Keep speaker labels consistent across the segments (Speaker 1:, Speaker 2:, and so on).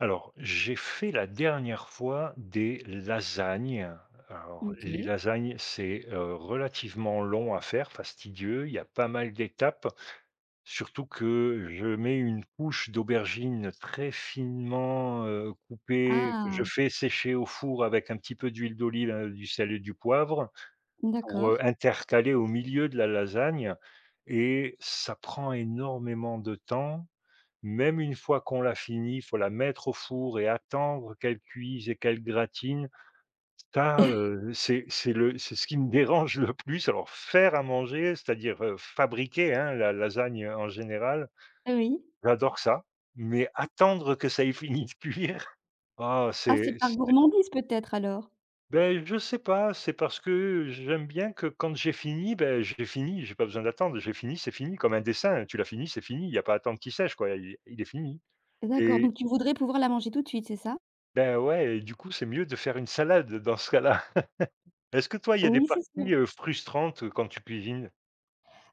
Speaker 1: Alors, j'ai fait la dernière fois des lasagnes. Alors, les
Speaker 2: OK.
Speaker 1: lasagnes, c'est relativement long à faire, fastidieux. Il y a pas mal d'étapes, surtout que je mets une couche d'aubergine très finement coupée, que
Speaker 2: Ah!
Speaker 1: je fais sécher au four avec un petit peu d'huile d'olive, du sel et du poivre, pour
Speaker 2: D'accord.
Speaker 1: intercaler au milieu de la lasagne. Et ça prend énormément de temps. Même une fois qu'on l'a finie, faut la mettre au four et attendre qu'elle cuise et qu'elle gratine. Ça, heu, c'est ce qui me dérange le plus. Alors faire à manger, c'est-à-dire, fabriquer, hein, la lasagne, en général,
Speaker 2: Oui.
Speaker 1: j'adore ça. Mais attendre que ça ait fini de cuire, ah,
Speaker 2: Ah, c'est par
Speaker 1: c'est
Speaker 2: gourmandise peut-être alors?
Speaker 1: beh, je sais pas, c'est parce que j'aime bien que quand j'ai fini, ben j'ai fini, j'ai pas besoin d'attendre, j'ai fini, c'est fini, comme un dessin, tu l'as fini, c'est fini, il y a pas à attendre qu'il sèche quoi, il est fini
Speaker 2: D'accord,
Speaker 1: et
Speaker 2: donc tu voudrais pouvoir la manger tout de suite, c'est ça?
Speaker 1: ben ouais, et du coup, c'est mieux de faire une salade dans ce cas-là. Est-ce que toi, il y a des
Speaker 2: Oui, c'est ça.
Speaker 1: parties, frustrantes, quand tu cuisines?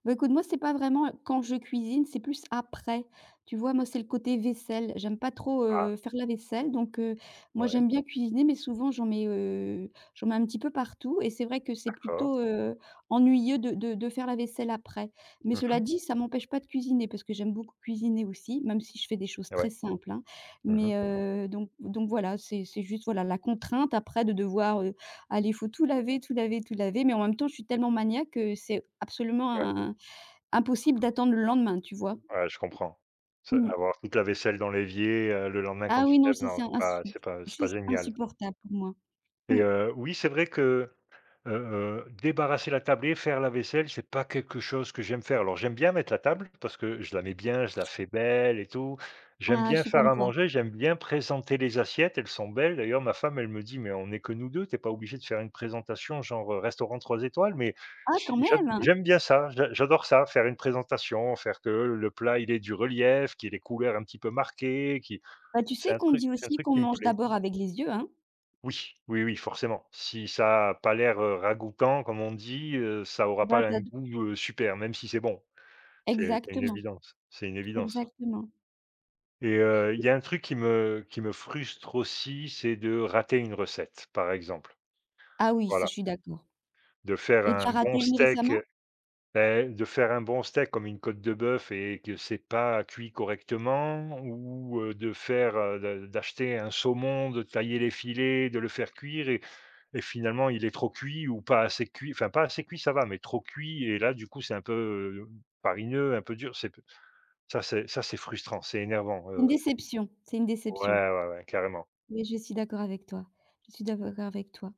Speaker 2: Bah, écoute, moi, c'est pas vraiment quand je cuisine, c'est plus après. Tu vois? Moi, c'est le côté vaisselle. J'aime pas trop,
Speaker 1: Ah,
Speaker 2: faire la vaisselle donc moi,
Speaker 1: ouais,
Speaker 2: j'aime bien cuisiner mais souvent, j'en mets un petit peu partout et c'est vrai que c'est
Speaker 1: d'accord.
Speaker 2: plutôt ennuyeux de faire la vaisselle après. Mais cela
Speaker 1: Mmh,
Speaker 2: dit, ça m'empêche pas de cuisiner parce que j'aime beaucoup cuisiner aussi, même si je fais des choses
Speaker 1: ouais.
Speaker 2: très simples, hein.
Speaker 1: Mmh,
Speaker 2: Mais donc voilà, c'est juste, voilà, la contrainte après de devoir, allez, il faut tout laver, tout laver, tout laver mais en même temps, je suis tellement maniaque que c'est absolument
Speaker 1: ouais,
Speaker 2: un impossible d'attendre le lendemain, tu vois?
Speaker 1: ouais, je comprends. Ça,
Speaker 2: Mmh.
Speaker 1: avoir toute la vaisselle dans l'évier, le lendemain quand
Speaker 2: Ah
Speaker 1: tu
Speaker 2: oui,
Speaker 1: te
Speaker 2: non,
Speaker 1: lèves,
Speaker 2: ça
Speaker 1: non,
Speaker 2: c'est
Speaker 1: c'est
Speaker 2: insu
Speaker 1: pas c'est pas c'est pas
Speaker 2: juste
Speaker 1: génial.
Speaker 2: insupportable pour moi. Mmh.
Speaker 1: Et oui, c'est vrai que Heu débarrasser la table et faire la vaisselle, c'est pas quelque chose que j'aime faire. Alors j'aime bien mettre la table parce que je la mets bien, je la fais belle et tout. J'aime
Speaker 2: Ah, je
Speaker 1: bien
Speaker 2: suis
Speaker 1: faire
Speaker 2: comme
Speaker 1: à
Speaker 2: toi.
Speaker 1: manger, j'aime bien présenter les assiettes, elles sont belles. D'ailleurs, ma femme, elle me dit : « Mais on est que nous 2, t'es pas obligé de faire une présentation genre, restaurant 3 étoiles », mais
Speaker 2: Ah quand
Speaker 1: j j'a
Speaker 2: même! Hein.
Speaker 1: j'aime bien ça, j'adore ça, faire une présentation, faire que le plat, il ait du relief, qu'il y ait les couleurs un petit peu marquées, qui
Speaker 2: Bah, tu
Speaker 1: c'est
Speaker 2: sais
Speaker 1: un
Speaker 2: qu'on
Speaker 1: truc
Speaker 2: dit
Speaker 1: c'est un
Speaker 2: aussi
Speaker 1: truc
Speaker 2: qu'on
Speaker 1: qui me
Speaker 2: mange
Speaker 1: plaît.
Speaker 2: d'abord avec les yeux, hein?
Speaker 1: Oui, oui, oui, forcément. Si ça a pas l'air, ragoûtant comme on dit, ça aura
Speaker 2: Bah,
Speaker 1: pas
Speaker 2: tu
Speaker 1: un
Speaker 2: as d
Speaker 1: goût, super, même si c'est bon. C'est une
Speaker 2: exactement,
Speaker 1: évidence, c'est une évidence.
Speaker 2: exactement.
Speaker 1: Et il y a un truc qui me frustre aussi, c'est de rater une recette, par exemple.
Speaker 2: Ah oui, ça je
Speaker 1: Voilà,
Speaker 2: suis d'accord.
Speaker 1: de faire
Speaker 2: Et tu
Speaker 1: un
Speaker 2: as raté
Speaker 1: bon
Speaker 2: une
Speaker 1: steak, heu,
Speaker 2: récemment?
Speaker 1: de faire un bon steak comme une côte de bœuf et que c'est pas cuit correctement, ou de faire, de d'acheter un saumon, de tailler les filets, de le faire cuire. Et finalement, il est trop cuit ou pas assez cuit, enfin pas assez cuit, ça va, mais trop cuit et là, du coup, c'est un peu, farineux, un peu dur, c'est p ça c'est frustrant, c'est énervant,
Speaker 2: Une déception, c'est une
Speaker 1: ouais,
Speaker 2: déception.
Speaker 1: ouais, ouais, carrément.
Speaker 2: Oui, je suis d'accord avec toi, je suis d'accord avec toi.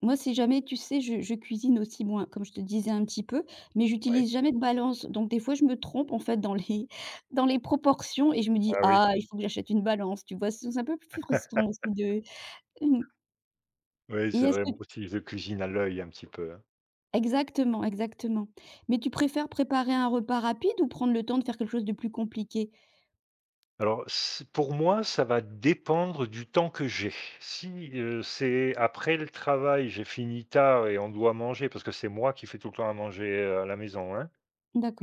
Speaker 2: Moi, si jamais, tu sais, je cuisine aussi moins, comme je te disais un petit peu, mais
Speaker 1: Ouais,
Speaker 2: j'utilise jamais de balance. Donc des fois, je me trompe, en fait, dans les dans les proportions et je me dis:
Speaker 1: ah oui.
Speaker 2: «Ah, il faut que j'achète une balance», tu vois? C'est un peu plus frustrant aussi de mmh
Speaker 1: Oui,
Speaker 2: et
Speaker 1: c'est vrai, moi aussi, je cuisine à l'œil un petit peu, hein.
Speaker 2: exactement. Mais tu préfères préparer un repas rapide ou prendre le temps de faire quelque chose de plus compliqué?
Speaker 1: Alors c pour moi, ça va dépendre du temps que j'ai. Si, c'est après le travail, j'ai fini tard et on doit manger parce que c'est moi qui fais tout le temps à manger, à la maison, hein.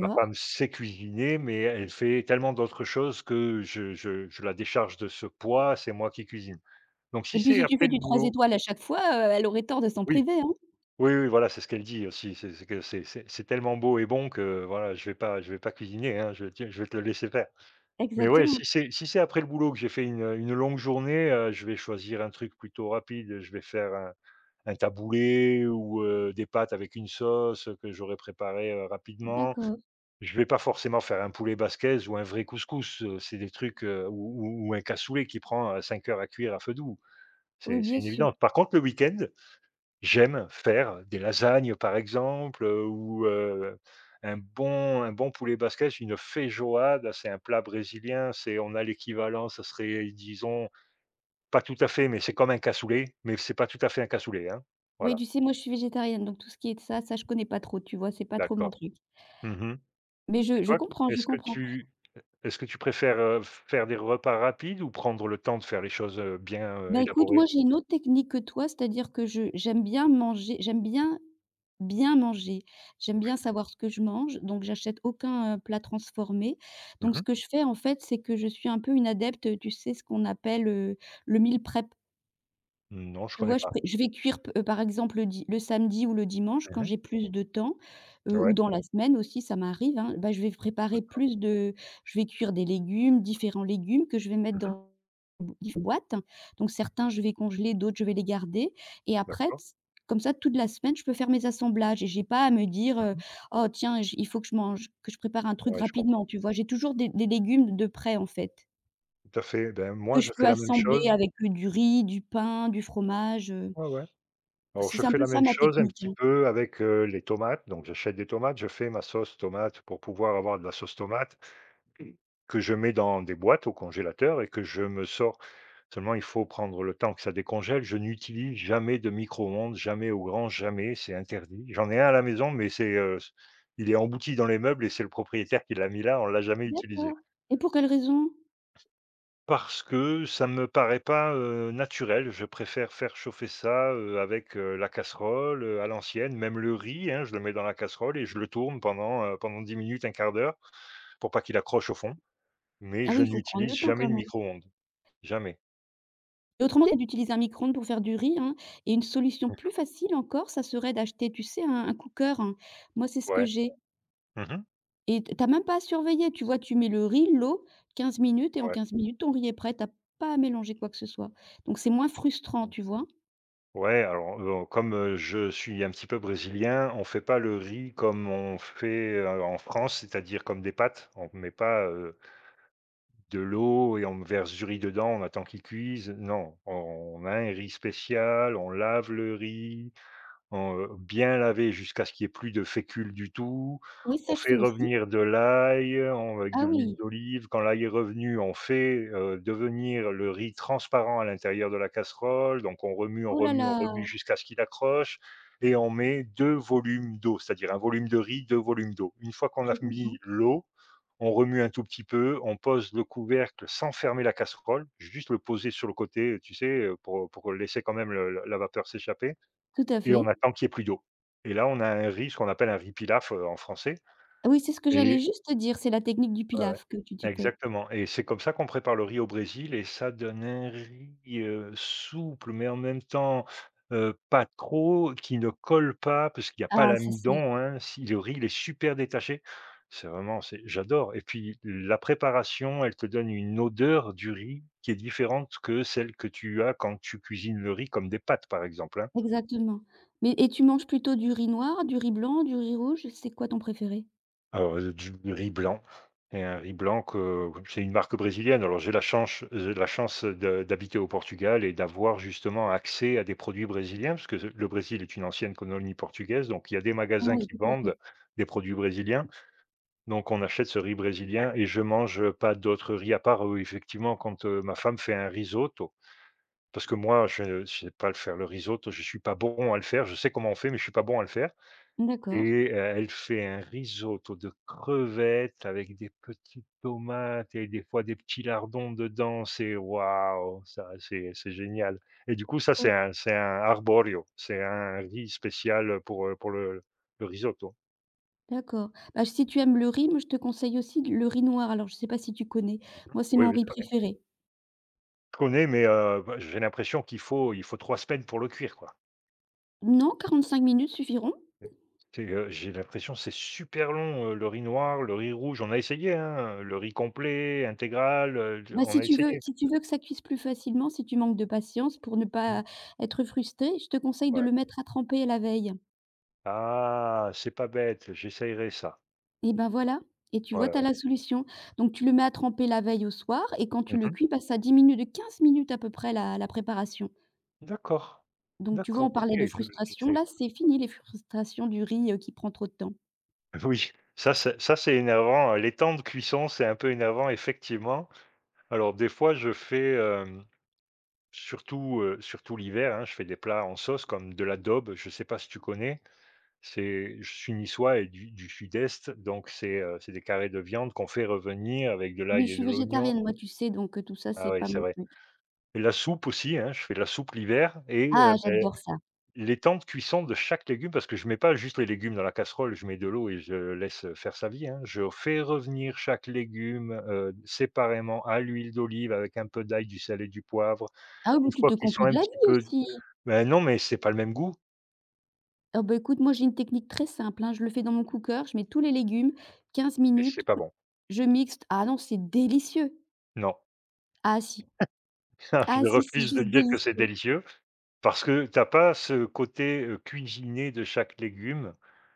Speaker 1: Ma femme sait cuisiner, mais elle fait tellement d'autres choses que je la décharge de ce poids, c'est moi qui cuisine. Donc si
Speaker 2: et puis
Speaker 1: c'est
Speaker 2: si tu
Speaker 1: après
Speaker 2: fais
Speaker 1: le
Speaker 2: du 3
Speaker 1: boulot,
Speaker 2: étoiles à chaque fois, elle aurait tort de s'en
Speaker 1: oui,
Speaker 2: priver, hein?
Speaker 1: oui, oui, voilà, c'est ce qu'elle dit aussi, c'est que c'est tellement beau et bon que voilà, je vais pas cuisiner, hein, je vais te le laisser faire. Mais ouais, si
Speaker 2: Exactement.
Speaker 1: c'est après le boulot que j'ai fait une longue journée, je vais choisir un truc plutôt rapide, je vais faire un taboulé, ou des pâtes avec une sauce que j'aurais préparée, rapidement.
Speaker 2: D'accord.
Speaker 1: Je vais pas forcément faire un poulet basquaise ou un vrai couscous, c'est des trucs, ou un cassoulet qui prend, 5 heures à cuire à feu doux.
Speaker 2: Oui,
Speaker 1: C'est
Speaker 2: bien
Speaker 1: une
Speaker 2: sûr.
Speaker 1: évidence. Par contre, le week-end, j'aime faire des lasagnes, par exemple, ou un bon poulet basquaise, une feijoada, c'est un plat brésilien, c'est on a l'équivalent, ça serait, disons, pas tout à fait, mais c'est comme un cassoulet, mais c'est pas tout à fait un cassoulet, hein.
Speaker 2: Oui,
Speaker 1: Voilà,
Speaker 2: tu sais, moi, je suis végétarienne, donc tout ce qui est de ça, ça, je connais pas trop, tu vois? C'est pas trop mon
Speaker 1: d'accord.
Speaker 2: truc.
Speaker 1: Mmh
Speaker 2: Mais
Speaker 1: Et
Speaker 2: je
Speaker 1: toi,
Speaker 2: comprends, je
Speaker 1: est-ce que
Speaker 2: comprends.
Speaker 1: tu est-ce que tu préfères, faire des repas rapides ou prendre le temps de faire les choses, bien,
Speaker 2: Bah, écoute,
Speaker 1: élaborées?
Speaker 2: moi, j'ai une autre technique que toi, c'est-à-dire que je j'aime bien manger j'aime bien, bien manger. J'aime
Speaker 1: Oui.
Speaker 2: bien savoir ce que je mange, donc j'achète aucun plat transformé. Donc ce
Speaker 1: Mmh,
Speaker 2: que je fais, en fait, c'est que je suis un peu une adepte, tu sais, ce qu'on appelle le meal prep.
Speaker 1: non, je
Speaker 2: Tu
Speaker 1: connais
Speaker 2: vois, je
Speaker 1: pas.
Speaker 2: pré je vais cuire p par exemple le samedi ou le dimanche quand
Speaker 1: Mmh,
Speaker 2: j'ai plus de temps, ou
Speaker 1: ouais,
Speaker 2: dans la semaine aussi ça m'arrive, hein, bah, je vais préparer
Speaker 1: d'accord.
Speaker 2: plus de je vais cuire des légumes, différents légumes que je vais mettre
Speaker 1: Mmh,
Speaker 2: dans bo différentes boîtes. Donc certains je vais congeler, d'autres je vais les garder et après
Speaker 1: d'accord.
Speaker 2: t comme ça toute la semaine je peux faire mes assemblages et j'ai pas à me dire:
Speaker 1: Mmh,
Speaker 2: «Oh tiens, j il faut que je mange que je prépare un truc
Speaker 1: ouais, je comprends.
Speaker 2: rapidement», tu vois? J'ai toujours des légumes de près en fait,
Speaker 1: Tout à fait. Ben, moi,
Speaker 2: que
Speaker 1: je
Speaker 2: je peux
Speaker 1: fais la même
Speaker 2: assembler
Speaker 1: chose.
Speaker 2: avec du riz, du pain, du fromage, heu,
Speaker 1: Ouais, ouais. Alors, je
Speaker 2: c'est un
Speaker 1: fais
Speaker 2: peu
Speaker 1: la
Speaker 2: ça
Speaker 1: même
Speaker 2: ma
Speaker 1: chose un
Speaker 2: technique,
Speaker 1: petit
Speaker 2: hein.
Speaker 1: peu avec, les tomates. Donc, j'achète des tomates, je fais ma sauce tomate pour pouvoir avoir de la sauce tomate. Mmh. Que je mets dans des boîtes au congélateur et que je me sors. Seulement, il faut prendre le temps que ça décongèle. Je n'utilise jamais de micro-ondes, jamais, au grand jamais, c'est interdit. J'en ai un à la maison, mais il est embouti dans les meubles et c'est le propriétaire qui l'a mis là, on l'a jamais utilisé.
Speaker 2: D'accord, et pour quelle raison?
Speaker 1: Parce que ça me paraît pas, naturel. Je préfère faire chauffer ça, avec, la casserole, à l'ancienne, même le riz, hein, je le mets dans la casserole et je le tourne pendant 10 minutes, un quart d'heure, pour pas qu'il accroche au fond. Mais
Speaker 2: Ah
Speaker 1: je
Speaker 2: oui, il faut prendre
Speaker 1: n'utilise
Speaker 2: le temps
Speaker 1: jamais
Speaker 2: quand
Speaker 1: de
Speaker 2: même,
Speaker 1: micro-ondes, jamais.
Speaker 2: et autrement, tu utilises un micro-ondes pour faire du riz, hein, et une solution
Speaker 1: Mmh.
Speaker 2: plus facile encore, ça serait d'acheter, tu sais, un cooker, hein. Moi, c'est ce que
Speaker 1: Ouais.
Speaker 2: j'ai,
Speaker 1: Mmh mh.
Speaker 2: et tu as même pas à surveiller, tu vois? Tu mets le riz, l'eau, 15 minutes, et en
Speaker 1: Ouais.
Speaker 2: 15 minutes, ton riz est prêt, tu as pas à mélanger quoi que ce soit, donc c'est moins frustrant,
Speaker 1: Mmh.
Speaker 2: tu vois?
Speaker 1: Ouais, alors, comme, je suis un petit peu brésilien, on fait pas le riz comme on fait, en France, c'est-à-dire comme des pâtes. On met pas, de l'eau et on verse du riz dedans, on attend qu'il cuise. Non, on a un riz spécial, on lave le riz. On, bien laver jusqu'à ce qu'il y ait plus de fécule du tout.
Speaker 2: Oui,
Speaker 1: On
Speaker 2: ça, je fais
Speaker 1: fait
Speaker 2: aussi.
Speaker 1: revenir de l'ail, on avec
Speaker 2: Ah
Speaker 1: de l'huile
Speaker 2: oui,
Speaker 1: d'olive. Quand l'ail est revenu, on fait, devenir le riz transparent à l'intérieur de la casserole. Donc on remue, on
Speaker 2: oh là
Speaker 1: remue, on
Speaker 2: là,
Speaker 1: remue jusqu'à ce qu'il accroche et on met 2 volumes d'eau, c'est-à-dire un volume de riz, 2 volumes d'eau. Une fois qu'on a
Speaker 2: je
Speaker 1: mis
Speaker 2: comprends.
Speaker 1: l'eau, on remue un tout petit peu, on pose le couvercle sans fermer la casserole, juste le poser sur le côté, tu sais, pour laisser quand même le la vapeur s'échapper
Speaker 2: Tout à
Speaker 1: et on
Speaker 2: fait.
Speaker 1: attend qu'il y ait plus d'eau. Et là, on a un riz, ce qu'on appelle un riz pilaf, en français.
Speaker 2: Ah oui, c'est ce que j'allais
Speaker 1: Et
Speaker 2: juste te dire, c'est la technique du
Speaker 1: ouais, ouais.
Speaker 2: pilaf que tu fais.
Speaker 1: Exactement, et c'est comme ça qu'on prépare le riz au Brésil et ça donne un riz, souple, mais en même temps, pas trop, qui ne colle pas parce qu'il y a pas
Speaker 2: Ah, ça c'est
Speaker 1: l'amidon, hein. Si le riz, il est super détaché. C'est vraiment, c'est j'adore, et puis la préparation, elle te donne une odeur du riz qui est différente que celle que tu as quand tu cuisines le riz comme des pâtes, par exemple, hein.
Speaker 2: exactement. Mais et tu manges plutôt du riz noir, du riz blanc, du riz rouge? C'est quoi ton préféré?
Speaker 1: Alors, du riz blanc, et un riz blanc que c'est une marque brésilienne. Alors j'ai la chance de d'habiter au Portugal et d'avoir justement accès à des produits brésiliens parce que le Brésil est une ancienne colonie portugaise, donc il y a des
Speaker 2: Ah
Speaker 1: magasins
Speaker 2: oui,
Speaker 1: qui
Speaker 2: tout à
Speaker 1: vendent
Speaker 2: fait.
Speaker 1: des produits brésiliens. Donc on achète ce riz brésilien et je mange pas d'autres riz à part, effectivement, quand, ma femme fait un risotto. Parce que moi, je sais pas le faire, le risotto, je suis pas bon à le faire. Je sais comment on fait, mais je suis pas bon à le faire. Et
Speaker 2: D'accord.
Speaker 1: elle fait un risotto de crevettes avec des petites tomates et des fois des petits lardons dedans, c'est waouh, ça c'est génial, et du coup, ça c'est
Speaker 2: O
Speaker 1: un arborio, c'est un riz spécial, pour le risotto.
Speaker 2: D'accord. Bah, si tu aimes le riz, moi, je te conseille aussi le riz noir. Alors, je ne sais pas si tu connais? Moi, c'est
Speaker 1: Oui,
Speaker 2: mon
Speaker 1: oui,
Speaker 2: riz
Speaker 1: je connais.
Speaker 2: préféré.
Speaker 1: Je connais, mais bah, j'ai l'impression qu'il faut 3 semaines pour le cuire, quoi.
Speaker 2: Non, 45 minutes suffiront.
Speaker 1: J'ai l'impression que c'est super long, le riz noir, le riz rouge, on a essayé, hein, le riz complet, intégral,
Speaker 2: Bah,
Speaker 1: on
Speaker 2: si
Speaker 1: a
Speaker 2: tu veux,
Speaker 1: essayé.
Speaker 2: si tu veux que ça cuise plus facilement, si tu manques de patience pour ne
Speaker 1: Mmh,
Speaker 2: pas être frustré, je te conseille de
Speaker 1: ouais.
Speaker 2: le mettre à tremper la veille.
Speaker 1: Ah! C'est pas bête, j'essayerai ça.
Speaker 2: Et ben voilà, et tu vois,
Speaker 1: Ouais,
Speaker 2: tu as
Speaker 1: ouais.
Speaker 2: la solution. Donc tu le mets à tremper la veille au soir et quand
Speaker 1: Mmh
Speaker 2: tu le
Speaker 1: mh.
Speaker 2: cuis, bah, ça diminue de 15 minutes à peu près la préparation.
Speaker 1: D'accord.
Speaker 2: Donc tu vois, on
Speaker 1: D'accord, OK,
Speaker 2: parlait de
Speaker 1: je
Speaker 2: frustration,
Speaker 1: j'essaierai.
Speaker 2: là, c'est fini les frustrations du riz, qui prend trop de temps.
Speaker 1: Oui, ça c'est énervant, les temps de cuisson, c'est un peu énervant effectivement. Alors des fois je fais, surtout, surtout l'hiver, hein, je fais des plats en sauce comme de l'adobe, je sais pas si tu connais? C'est Je suis niçois et du sud-est, donc c'est des carrés de viande qu'on fait revenir avec de
Speaker 2: Oui,
Speaker 1: l'ail
Speaker 2: je
Speaker 1: et
Speaker 2: suis
Speaker 1: de l'oignon.
Speaker 2: végétarienne, moi, tu sais, donc tout ça,
Speaker 1: Ah
Speaker 2: c'est
Speaker 1: oui,
Speaker 2: pas
Speaker 1: c'est
Speaker 2: mon
Speaker 1: vrai.
Speaker 2: truc.
Speaker 1: Et la soupe aussi, hein, je fais de la soupe l'hiver et
Speaker 2: Ah,
Speaker 1: beh
Speaker 2: j'adore ça.
Speaker 1: les temps de cuisson de chaque légume, parce que je mets pas juste les légumes dans la casserole, je mets de l'eau et je laisse faire sa vie, hein. Je fais revenir chaque légume, séparément à l'huile d'olive avec un peu d'ail, du sel et du poivre.
Speaker 2: Ah oui, mais
Speaker 1: Une
Speaker 2: tu
Speaker 1: fois
Speaker 2: te
Speaker 1: qu'ils sont
Speaker 2: compliques
Speaker 1: un
Speaker 2: la
Speaker 1: petit
Speaker 2: vie
Speaker 1: peu,
Speaker 2: aussi.
Speaker 1: ben non, mais c'est pas le même goût
Speaker 2: Ah bah, écoute, moi, j'ai une technique très simple, hein, je le fais dans mon cooker, je mets tous les légumes, Quinze
Speaker 1: et c'est
Speaker 2: minutes,
Speaker 1: pas bon.
Speaker 2: je mixe. Ah non, c'est délicieux.
Speaker 1: Non,
Speaker 2: Ah si, ah
Speaker 1: je
Speaker 2: si, c'est
Speaker 1: refuse de
Speaker 2: juste
Speaker 1: dire que c'est
Speaker 2: délicieux.
Speaker 1: délicieux. Parce que t'as pas ce côté, cuisiné de chaque légume.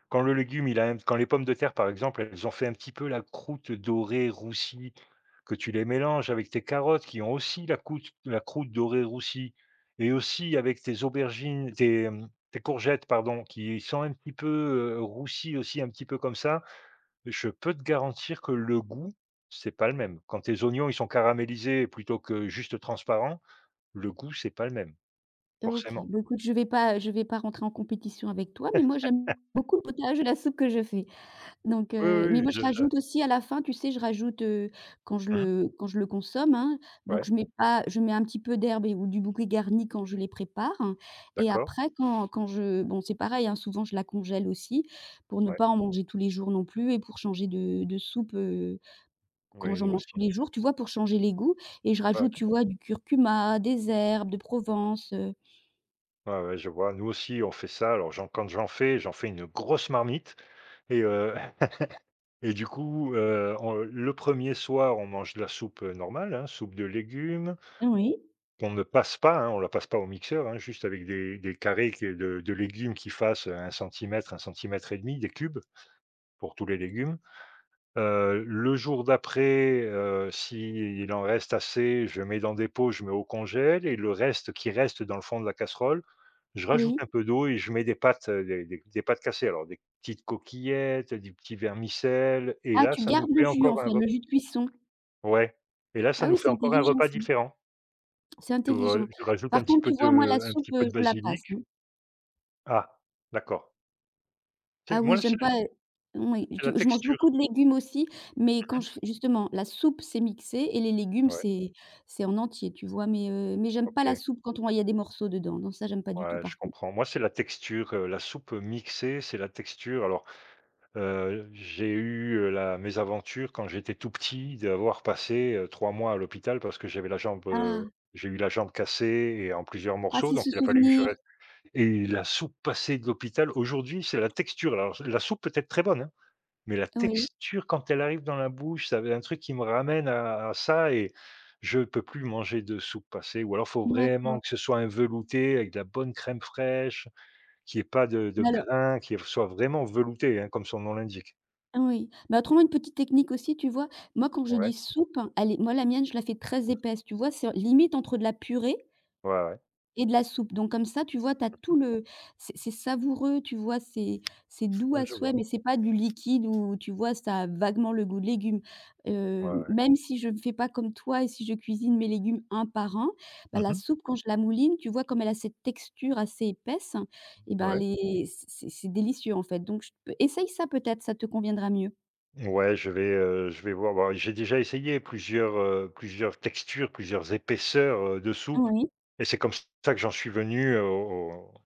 Speaker 1: Quand le légume, il a un quand les pommes de terre, par exemple, elles ont fait un petit peu la croûte dorée roussie, que tu les mélanges avec tes carottes qui ont aussi la croûte dorée roussie et aussi avec tes aubergines, tes courgettes, pardon, qui sont un petit peu, roussies aussi, un petit peu comme ça. Je peux te garantir que le goût, c'est pas le même. Quand tes oignons, ils sont caramélisés plutôt que juste transparents, le goût, c'est pas le même,
Speaker 2: OK.
Speaker 1: forcément.
Speaker 2: Bon écoute, je vais pas rentrer en compétition avec toi, mais moi j'aime beaucoup le potage et la soupe que je fais. Donc
Speaker 1: Oui,
Speaker 2: heu,
Speaker 1: oui,
Speaker 2: mais
Speaker 1: oui,
Speaker 2: moi
Speaker 1: je
Speaker 2: je
Speaker 1: je
Speaker 2: rajoute aussi à la fin, tu sais, je rajoute,
Speaker 1: mmh.
Speaker 2: quand je le consomme, hein, donc
Speaker 1: Ouais,
Speaker 2: je mets pas je mets un petit peu d'herbe et ou du bouquet garni quand je les prépare, hein. Et
Speaker 1: d'accord,
Speaker 2: après quand quand je bon c'est pareil, hein, souvent je la congèle aussi pour ne
Speaker 1: ouais.
Speaker 2: pas en manger tous les jours non plus et pour changer de soupe, quand
Speaker 1: Oui,
Speaker 2: j'en
Speaker 1: nous
Speaker 2: mange tous
Speaker 1: aussi.
Speaker 2: les jours, tu vois? Pour changer les goûts, et je
Speaker 1: Ouais,
Speaker 2: rajoute,
Speaker 1: ouais.
Speaker 2: tu vois, du curcuma, des herbes de Provence, heu,
Speaker 1: Ouais, ouais, je vois. Nous aussi, on fait ça. Alors j'en quand j'en fais une grosse marmite et et on, le premier soir, on mange de la soupe, normale, hein, soupe de légumes
Speaker 2: oui.
Speaker 1: qu'on ne passe pas, hein, on la passe pas au mixeur, hein, juste avec des carrés que de légumes qui fassent un centimètre et demi, des cubes pour tous les légumes. Le jour d'après, s'il en reste assez, je mets dans des pots, je mets au congèle et le reste qui reste dans le fond de la casserole, je rajoute
Speaker 2: Oui.
Speaker 1: un peu d'eau et je mets des pâtes, des pâtes cassées. Alors des petites coquillettes, des petits vermicelles et
Speaker 2: Ah,
Speaker 1: là,
Speaker 2: tu
Speaker 1: ça nous
Speaker 2: gardes le
Speaker 1: fait
Speaker 2: jus,
Speaker 1: encore
Speaker 2: en
Speaker 1: un
Speaker 2: fait,
Speaker 1: repas.
Speaker 2: le jus de cuisson?
Speaker 1: Ouais, et là, ça
Speaker 2: Ah
Speaker 1: nous
Speaker 2: oui,
Speaker 1: fait
Speaker 2: c'est
Speaker 1: encore un
Speaker 2: intelligent
Speaker 1: repas
Speaker 2: ça.
Speaker 1: différent.
Speaker 2: C'est
Speaker 1: Je re
Speaker 2: intelligent.
Speaker 1: je rajoute
Speaker 2: Par
Speaker 1: un petit
Speaker 2: contre,
Speaker 1: peu
Speaker 2: tu vois, moi,
Speaker 1: de,
Speaker 2: la
Speaker 1: un
Speaker 2: soupe,
Speaker 1: petit peu de
Speaker 2: je la passe,
Speaker 1: basilic.
Speaker 2: hein.
Speaker 1: Ah, d'accord. C'est
Speaker 2: Ah oui,
Speaker 1: moi,
Speaker 2: j'aime pas, oui,
Speaker 1: c'est la
Speaker 2: je mange
Speaker 1: texture.
Speaker 2: beaucoup de légumes aussi, mais quand je fais justement, la soupe, c'est mixé et les légumes,
Speaker 1: Ouais,
Speaker 2: c'est en entier, tu vois? Mais j'aime pas la
Speaker 1: OK.
Speaker 2: soupe quand on il y a des morceaux dedans. Non, ça, j'aime pas du tout,
Speaker 1: Ouais, je
Speaker 2: par contre.
Speaker 1: comprends. Moi, c'est la texture, la soupe mixée, c'est la texture. Alors j'ai eu la mésaventure quand j'étais tout petit d'avoir passé, 3 mois à l'hôpital parce que j'avais la jambe,
Speaker 2: Ah!
Speaker 1: j'ai eu la jambe cassée et en plusieurs
Speaker 2: Ah,
Speaker 1: morceaux,
Speaker 2: c'est
Speaker 1: donc
Speaker 2: ce
Speaker 1: il a fallu que je
Speaker 2: souvenir.
Speaker 1: reste. Et la soupe passée de l'hôpital, aujourd'hui, c'est la texture. Alors la soupe peut être très bonne, hein, mais la
Speaker 2: Oui,
Speaker 1: texture quand elle arrive dans la bouche, ça, un truc qui me ramène à ça, et je peux plus manger de soupe passée ou alors faut vraiment
Speaker 2: d'accord.
Speaker 1: que ce soit un velouté avec de la bonne crème fraîche, qu'il y ait pas de
Speaker 2: Alors
Speaker 1: grains, qu'il soit vraiment velouté, hein, comme son nom l'indique.
Speaker 2: oui, mais autrement une petite technique aussi, tu vois? Moi, quand je dis
Speaker 1: Ouais.
Speaker 2: soupe, hein, elle est moi la mienne, je la fais très
Speaker 1: Mmh
Speaker 2: épaisse, tu vois? C'est limite entre de la purée
Speaker 1: mh. Ouais, ouais.
Speaker 2: et de la soupe, donc comme ça, tu vois, tu as tout le c'est savoureux, tu vois? C'est doux
Speaker 1: Ouais,
Speaker 2: à
Speaker 1: je
Speaker 2: souhait,
Speaker 1: vois.
Speaker 2: mais c'est pas du liquide où, tu vois, ça a vaguement le goût de légumes.
Speaker 1: Ouais, ouais.
Speaker 2: Même si je ne fais pas comme toi et si je cuisine mes légumes un par un, bah,
Speaker 1: Mmh
Speaker 2: la
Speaker 1: mh.
Speaker 2: soupe quand je la mouline, tu vois, comme elle a cette texture assez épaisse, et ben,
Speaker 1: Ouais.
Speaker 2: elle est c'est délicieux, en fait, donc je peux essaye ça peut-être, ça te conviendra mieux.
Speaker 1: Ouais, je vais voir. Bah, j'ai déjà essayé plusieurs, plusieurs textures, plusieurs épaisseurs, de soupe,
Speaker 2: Oui.
Speaker 1: et c'est comme ça que j'en suis venu aux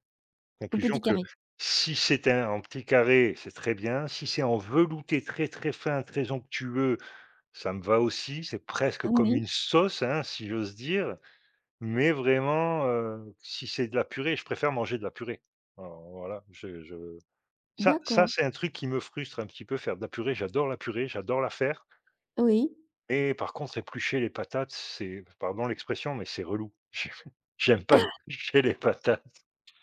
Speaker 2: Au
Speaker 1: conclusions
Speaker 2: petit
Speaker 1: que
Speaker 2: carré.
Speaker 1: si c'est un en petit carré, c'est très bien. Si c'est en velouté très, très fin, très onctueux, ça me va aussi. C'est presque comme
Speaker 2: Oui,
Speaker 1: une sauce, hein, si j'ose dire, mais vraiment, si c'est de la purée, je préfère manger de la purée. Alors voilà, je ça, ça,
Speaker 2: d'accord,
Speaker 1: c'est un truc qui me frustre un petit peu, faire de la purée. J'adore la purée, j'adore la faire,
Speaker 2: oui.
Speaker 1: et par contre, éplucher les patates, c'est pardon l'expression, mais c'est relou. J'aime pas éplucher les patates.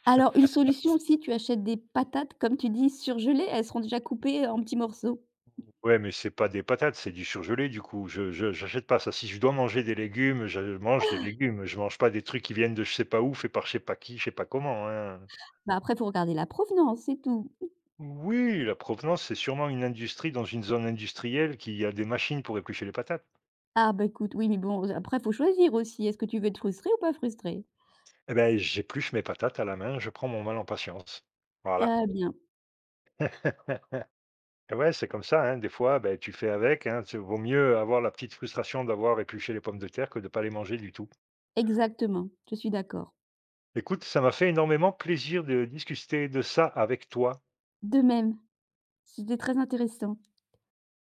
Speaker 2: Alors une solution aussi, tu achètes des patates, comme tu dis, surgelées, elles seront déjà coupées en petits morceaux.
Speaker 1: Ouais, mais c'est pas des patates, c'est du surgelé du coup. Je j'achète pas ça. Si je dois manger des légumes, je mange des légumes. Je mange pas des trucs qui viennent de je sais pas où, fait par je sais pas qui, je sais pas comment, hein.
Speaker 2: Bah, après, faut regarder la provenance, c'est tout.
Speaker 1: Oui, la provenance, c'est sûrement une industrie dans une zone industrielle qui a des machines pour éplucher les patates.
Speaker 2: Ah bah, écoute, oui, mais bon, après, faut choisir aussi. Est-ce que tu veux être frustré ou pas frustré?
Speaker 1: Eh ben, j'épluche mes patates à la main, je prends mon mal en patience. Voilà.
Speaker 2: Très bien,
Speaker 1: Eh ouais, c'est comme ça, hein. Des fois, beh, tu fais avec, hein. Tu vaut mieux avoir la petite frustration d'avoir épluché les pommes de terre que de ne pas les manger du tout.
Speaker 2: exactement, je suis d'accord.
Speaker 1: Écoute, ça m'a fait énormément plaisir de discuter de ça avec toi.
Speaker 2: De même, c'était très intéressant.